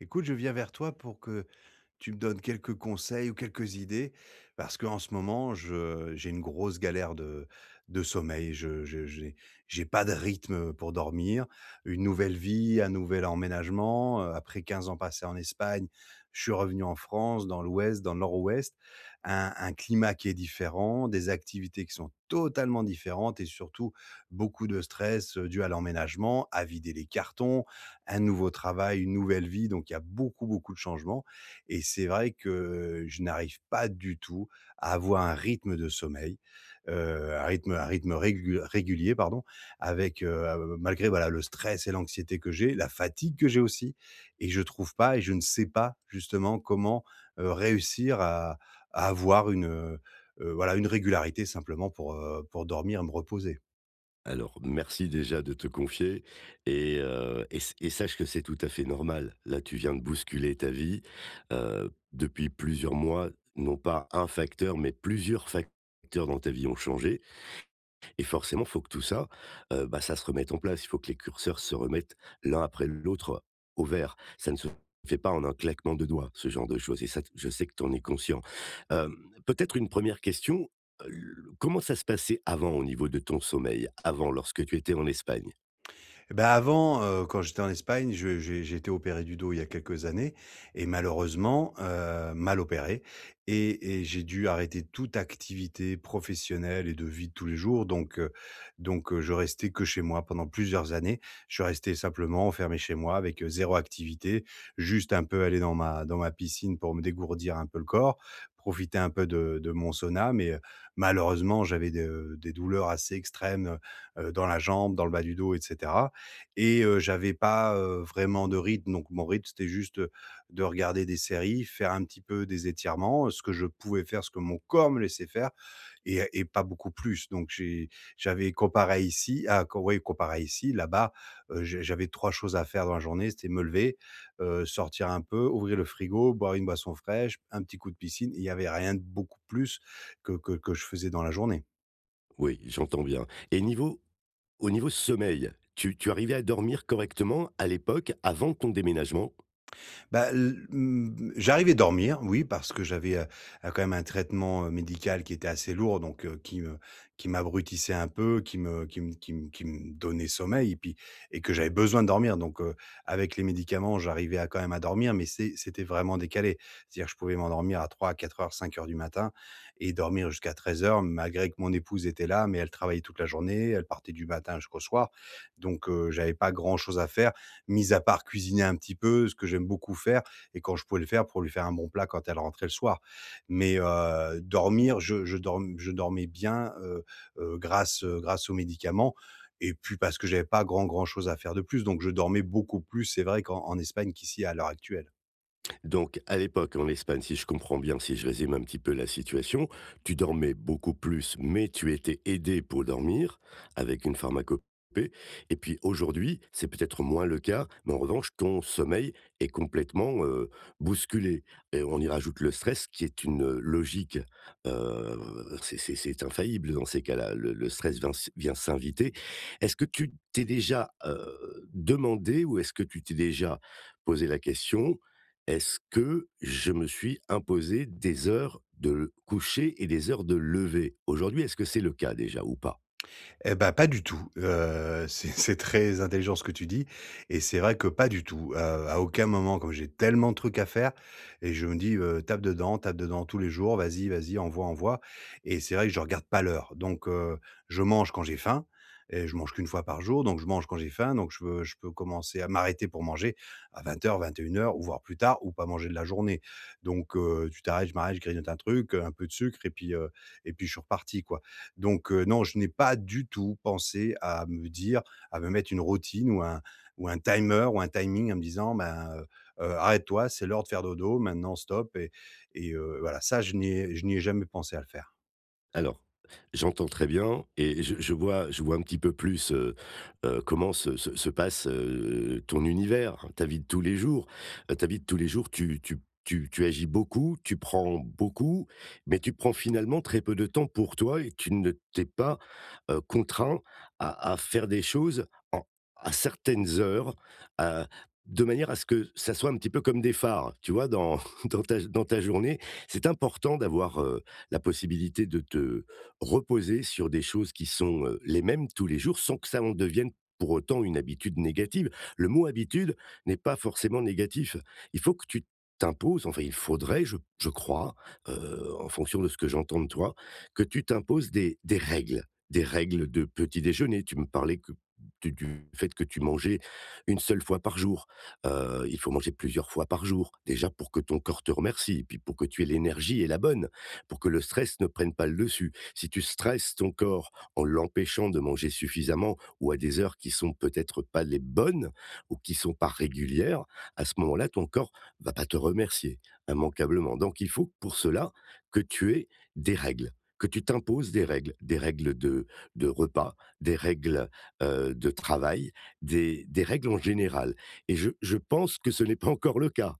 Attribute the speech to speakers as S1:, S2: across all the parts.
S1: Écoute, je viens vers toi pour que tu me donnes quelques conseils ou quelques idées, parce qu'en ce moment, j'ai une grosse galère de sommeil. J'ai pas de rythme pour dormir. Une nouvelle vie, un nouvel emménagement. Après 15 ans passés en Espagne, je suis revenu en France, dans l'Ouest, dans le Nord-Ouest. Un climat qui est différent, des activités qui sont totalement différentes et surtout beaucoup de stress dû à l'emménagement, à vider les cartons, un nouveau travail, une nouvelle vie. Donc il y a beaucoup, beaucoup de changements. Et c'est vrai que je n'arrive pas du tout à avoir un rythme de sommeil, un rythme régulier, pardon, malgré voilà le stress et l'anxiété que j'ai, la fatigue que j'ai aussi, et je trouve pas et je ne sais pas justement comment, réussir à avoir voilà une régularité simplement pour dormir et me reposer.
S2: Alors, merci déjà de te confier et sache que c'est tout à fait normal. Là, tu viens de bousculer ta vie, depuis plusieurs mois, non pas un facteur, mais plusieurs facteurs dans ta vie ont changé et forcément, il faut que tout ça, ça se remette en place. Il faut que les curseurs se remettent l'un après l'autre au vert. Ça ne se fait pas en un claquement de doigts, ce genre de choses, et ça je sais que tu en es conscient. Hem, Peut-être une première question, l comment ça se passait avant au niveau de ton sommeil? Avant, lorsque tu étais en Espagne?
S1: Et bah, avant, quand j'étais en Espagne, je j'ai été opéré du dos il y a quelques années et malheureusement, mal opéré, et j'ai dû arrêter toute activité professionnelle et de vie de tous les jours. Donc je restais que chez moi pendant plusieurs années. Je suis resté simplement enfermé chez moi avec, 0 activité, juste un peu aller dans ma piscine pour me dégourdir un peu le corps, profiter un peu de mon sauna, mais malheureusement, j'avais de des douleurs assez extrêmes, dans la jambe, dans le bas du dos, et cetera. Et j'avais pas vraiment de rythme. Donc mon rythme, c'était juste de regarder des séries, faire un petit peu des étirements, ce que je pouvais faire, ce que mon corps me laissait faire, et pas beaucoup plus. Donc j'avais comparé ici à oui, comparé ici, là-bas, j'avais 3 choses à faire dans la journée: c'était me lever, sortir un peu, ouvrir le frigo, boire une boisson fraîche, un petit coup de piscine. Il n'y avait rien de beaucoup plus que je faisais dans la journée.
S2: Oui, j'entends bien, et niveau au niveau sommeil, tu arrivais à dormir correctement à l'époque, avant ton déménagement?
S1: Bah, j'arrivais à dormir, oui, parce que j'avais, quand même un traitement, médical qui était assez lourd, donc qui me qui m'abrutissait un peu, qui me donnait sommeil, et puis, et que j'avais besoin de dormir, donc avec les médicaments, j'arrivais à quand même à dormir, mais c'était vraiment décalé. C'est-à-dire que je pouvais m'endormir à trois, quatre heures, cinq heures du matin et dormir jusqu'à treize heures, malgré que mon épouse était là, mais elle travaillait toute la journée, elle partait du matin jusqu'au soir. Donc j'avais pas grand chose à faire, mis à part cuisiner un petit peu, ce que j'aime beaucoup faire et quand je pouvais le faire, pour lui faire un bon plat quand elle rentrait le soir. Mais, dormir, je dormais bien, grâce aux médicaments, et puis parce que j'avais pas grand chose à faire de plus. Donc je dormais beaucoup plus, c'est vrai, qu'en en Espagne qu'ici à l'heure actuelle.
S2: Donc, à l'époque, en Espagne, si je comprends bien, si je résume un petit peu la situation, tu dormais beaucoup plus, mais tu étais aidé pour dormir avec une pharmacopée. Et puis aujourd'hui, c'est peut-être moins le cas, mais en revanche, ton sommeil est complètement bousculé. Et on y rajoute le stress, qui est une logique. euh, c'est infaillible dans ces cas-là. Le stress vient, vient s'inviter. Est-ce que tu t'es déjà demandé, ou est-ce que tu t'es déjà posé la question: est-ce que je me suis imposé des heures de coucher et des heures de lever? Aujourd'hui, est-ce que c'est le cas déjà ou pas?
S1: Eh ben pas du tout, c'est très intelligent ce que tu dis, et c'est vrai que pas du tout, à aucun moment, comme j'ai tellement de trucs à faire. Et je me dis: tape dedans tous les jours, vas-y, vas-y, envoie, envoie». Et c'est vrai que je regarde pas l'heure. Donc je mange quand j'ai faim et je mange qu'une fois par jour, donc je mange quand j'ai faim, donc je peux commencer à m'arrêter pour manger à vingt heures, vingt et une heures, ou voire plus tard, ou pas manger de la journée. Donc tu t'arrêtes, je m'arrête, je grignote un truc, un peu de sucre, et puis, et puis je suis reparti, quoi. Donc non, je n'ai pas du tout pensé à me mettre une routine ou un timer ou un timing, en me disant: «Ben, arrête-toi, c'est l'heure de faire dodo, maintenant stop». Et voilà, ça, je n'y ai jamais pensé à le faire.
S2: Alors, j'entends très bien et je vois, je vois un petit peu plus, comment se passe, ton univers, hein, ta vie de tous les jours. Ta vie de tous les jours, tu agis beaucoup, tu prends beaucoup, mais tu prends finalement très peu de temps pour toi, et tu ne t'es pas, contraint à faire des choses en à certaines heures, heu, de manière à ce que ça soit un petit peu comme des phares, tu vois? Dans dans ta journée, c'est important d'avoir, la possibilité de te reposer sur des choses qui sont, les mêmes tous les jours, sans que ça en devienne pour autant une habitude négative. Le mot habitude n'est pas forcément négatif. Il faut que tu t'imposes, enfin il faudrait, je crois, en fonction de ce que j'entends de toi, que tu t'imposes des règles, des règles de petit déjeuner. Tu me parlais que du fait que tu mangeais une seule fois par jour. Il faut manger plusieurs fois par jour, déjà pour que ton corps te remercie, et puis pour que tu aies l'énergie et la bonne, pour que le stress ne prenne pas le dessus. Si tu stresses ton corps en l'empêchant de manger suffisamment, ou à des heures qui sont peut-être pas les bonnes ou qui sont pas régulières, à ce moment-là, ton corps va pas te remercier immanquablement. Donc il faut pour cela que tu aies des règles, que tu t'imposes des règles de repas, des règles de travail, des règles en général. Et je pense que ce n'est pas encore le cas.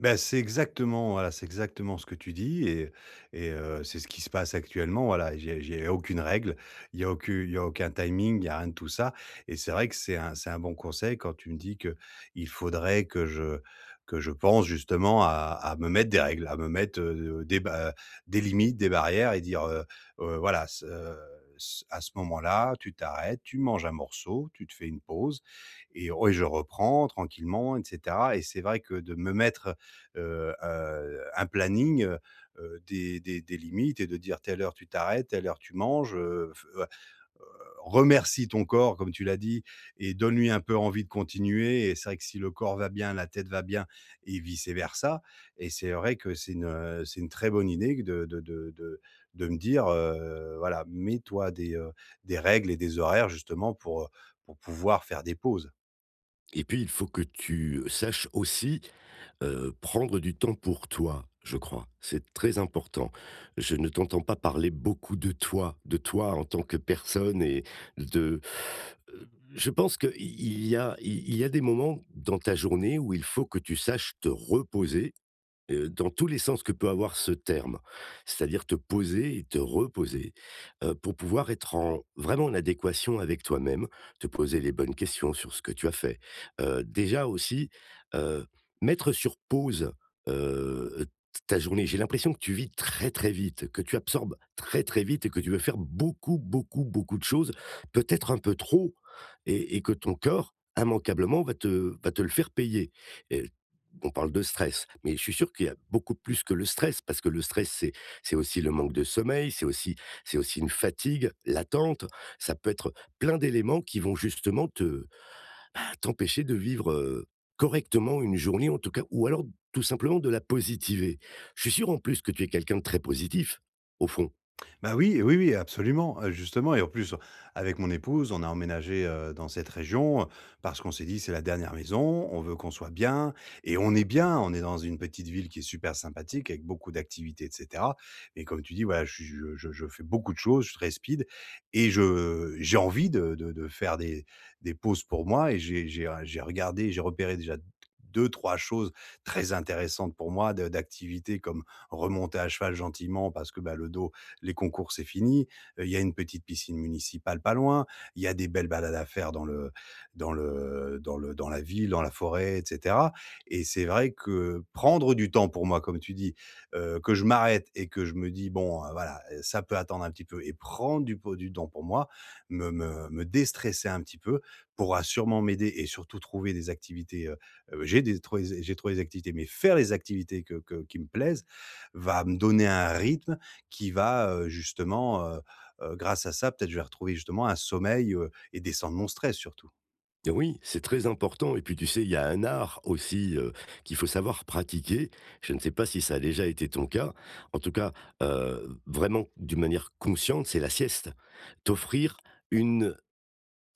S1: Ben c'est exactement, voilà, c'est exactement ce que tu dis, et c'est ce qui se passe actuellement, voilà. J'ai aucune règle, il y a aucun timing, il y a rien de tout ça. Et c'est vrai que c'est un bon conseil quand tu me dis que il faudrait que je pense justement à me mettre des règles, à me mettre, des limites, des barrières, et dire, voilà, ce ce à ce moment-là, tu t'arrêtes, tu manges un morceau, tu te fais une pause, et je reprends tranquillement, et cetera. Et c'est vrai que de me mettre, heu, un un planning, des limites, et de dire: «Telle heure tu t'arrêtes, telle heure tu manges», f remercie ton corps comme tu l'as dit, et donne-lui un peu envie de continuer. Et c'est vrai que si le corps va bien, la tête va bien, et vice versa. Et c'est vrai que c'est une très bonne idée de me dire, voilà, mets-toi des des règles et des horaires, justement pour pouvoir faire des pauses.
S2: Et puis, il faut que tu saches aussi, prendre du temps pour toi, je crois. C'est très important. Je ne t'entends pas parler beaucoup de toi en tant que personne, et de heu, je pense qu'il il y a des moments dans ta journée où il faut que tu saches te reposer. Dans tous les sens que peut avoir ce terme. C'est-à-dire te poser et te reposer, pour pouvoir être en vraiment en adéquation avec toi-même, te poser les bonnes questions sur ce que tu as fait. Déjà aussi, heu, mettre sur pause, heu, ta journée. J'ai l'impression que tu vis très, très vite, que tu absorbes très, très vite, et que tu veux faire beaucoup, beaucoup, beaucoup de choses, peut-être un peu trop, et que ton corps immanquablement va te le faire payer. On parle de stress, mais je suis sûr qu'il y a beaucoup plus que le stress, parce que le stress, c'est aussi le manque de sommeil, c'est aussi une fatigue latente. Ça peut être plein d'éléments qui vont justement te t'empêcher de vivre, correctement une journée, en tout cas, ou alors tout simplement de la positiver. Je suis sûr en plus que tu es quelqu'un de très positif, au fond?
S1: Bah oui, oui, oui, absolument, justement, et en plus, avec mon épouse, on a emménagé, dans cette région, parce qu'on s'est dit: «C'est la dernière maison, on veut qu'on soit bien». Et on est bien, on est dans une petite ville qui est super sympathique avec beaucoup d'activités, et cetera. Mais comme tu dis, voilà, je fais beaucoup de choses, je suis très speed, et je j'ai envie de faire des pauses pour moi. Et j'ai regardé, j'ai repéré déjà deux trois choses très intéressantes pour moi, de d'activités, comme remonter à cheval gentiment, parce que, bah, le dos, les concours, c'est fini. Il y a une petite piscine municipale pas loin. Il y a des belles balades à faire dans la ville, dans la forêt, et cetera. Et c'est vrai que prendre du temps pour moi, comme tu dis, que je m'arrête et que je me dis: «Bon, voilà, ça peut attendre un petit peu», et prendre du temps pour moi, me déstresser un petit peu, pourra sûrement m'aider. Et surtout trouver des activités, j'ai trouvé des activités, mais faire les activités que qui me plaisent va me donner un rythme qui va, justement, grâce à ça, peut-être je vais retrouver justement un sommeil, heu, et descendre mon stress surtout.
S2: Oui, c'est très important, et puis tu sais, il y a un art aussi, qu'il faut savoir pratiquer. Je ne sais pas si ça a déjà été ton cas. En tout cas, vraiment d'une manière consciente, c'est la sieste. T'offrir une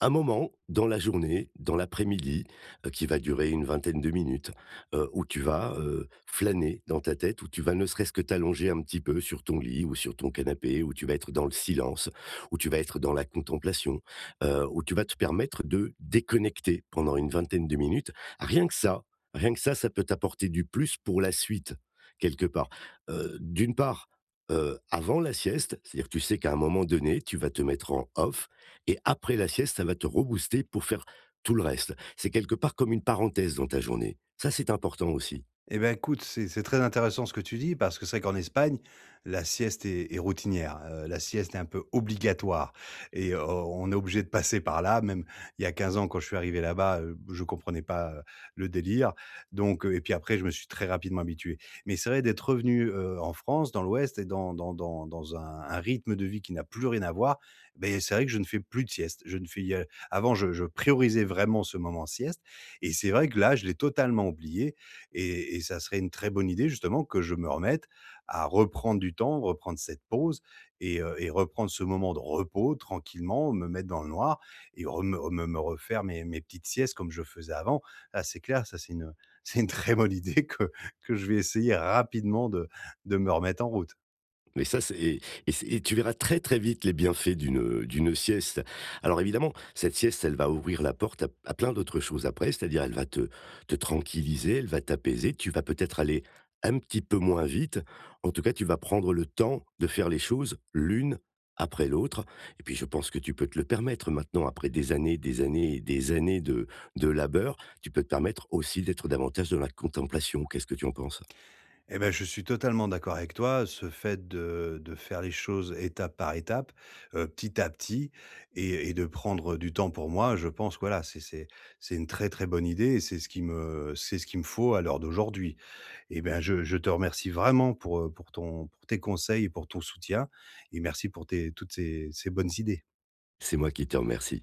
S2: un moment dans la journée, dans l'après-midi, qui va durer une vingtaine de minutes, où tu vas, flâner dans ta tête, où tu vas ne serait-ce que t'allonger un petit peu sur ton lit ou sur ton canapé, où tu vas être dans le silence, où tu vas être dans la contemplation, où tu vas te permettre de déconnecter pendant une vingtaine de minutes. Rien que ça, rien que ça peut t'apporter du plus pour la suite, quelque part. D'une part, avant la sieste, c'est-à-dire que tu sais qu'à un moment donné, tu vas te mettre en off, et après la sieste, ça va te rebooster pour faire tout le reste. C'est quelque part comme une parenthèse dans ta journée. Ça, c'est important aussi.
S1: Eh ben, écoute, c'est très intéressant ce que tu dis, parce que c'est vrai qu'en Espagne, la sieste est routinière. La sieste est un peu obligatoire, et on est obligé de passer par là. Même il y a 15 ans, quand je suis arrivé là-bas, je comprenais pas le délire. Donc, et puis après, je me suis très rapidement habitué. Mais c'est vrai, d'être revenu en France, dans l'Ouest, et dans un rythme de vie qui n'a plus rien à voir. Ben, c'est vrai que je ne fais plus de sieste. Je ne fais, avant, je priorisais vraiment ce moment sieste, et c'est vrai que là, je l'ai totalement oublié. Et ça serait une très bonne idée, justement, que je me remette à reprendre du temps, reprendre cette pause, et heu, et reprendre ce moment de repos tranquillement, me mettre dans le noir, et re, me refaire mes petites siestes comme je faisais avant. Ah, c'est clair, c'est une très bonne idée que je vais essayer rapidement de me remettre en route.
S2: Mais ça, c'est et c'est- et tu verras très, très vite les bienfaits d'une sieste. Alors évidemment, cette sieste, elle va ouvrir la porte à plein d'autres choses après, c'est-à-dire elle va te tranquilliser, elle va t'apaiser, tu vas peut-être aller un petit peu moins vite. En tout cas, tu vas prendre le temps de faire les choses l'une après l'autre. Et puis je pense que tu peux te le permettre maintenant, après des années et des années de labeur, tu peux te permettre aussi d'être davantage dans la contemplation. Qu'est-ce que tu en penses?
S1: Eh ben, je suis totalement d'accord avec toi. Ce fait de faire les choses étape par étape, petit à petit, et de prendre du temps pour moi, je pense, que voilà, c'est une très, très bonne idée, et c'est ce qu'il me faut à l'heure d'aujourd'hui. Eh ben, je te remercie vraiment pour ton pour tes conseils et pour ton soutien, et merci pour tes toutes ces bonnes idées.
S2: C'est moi qui te remercie.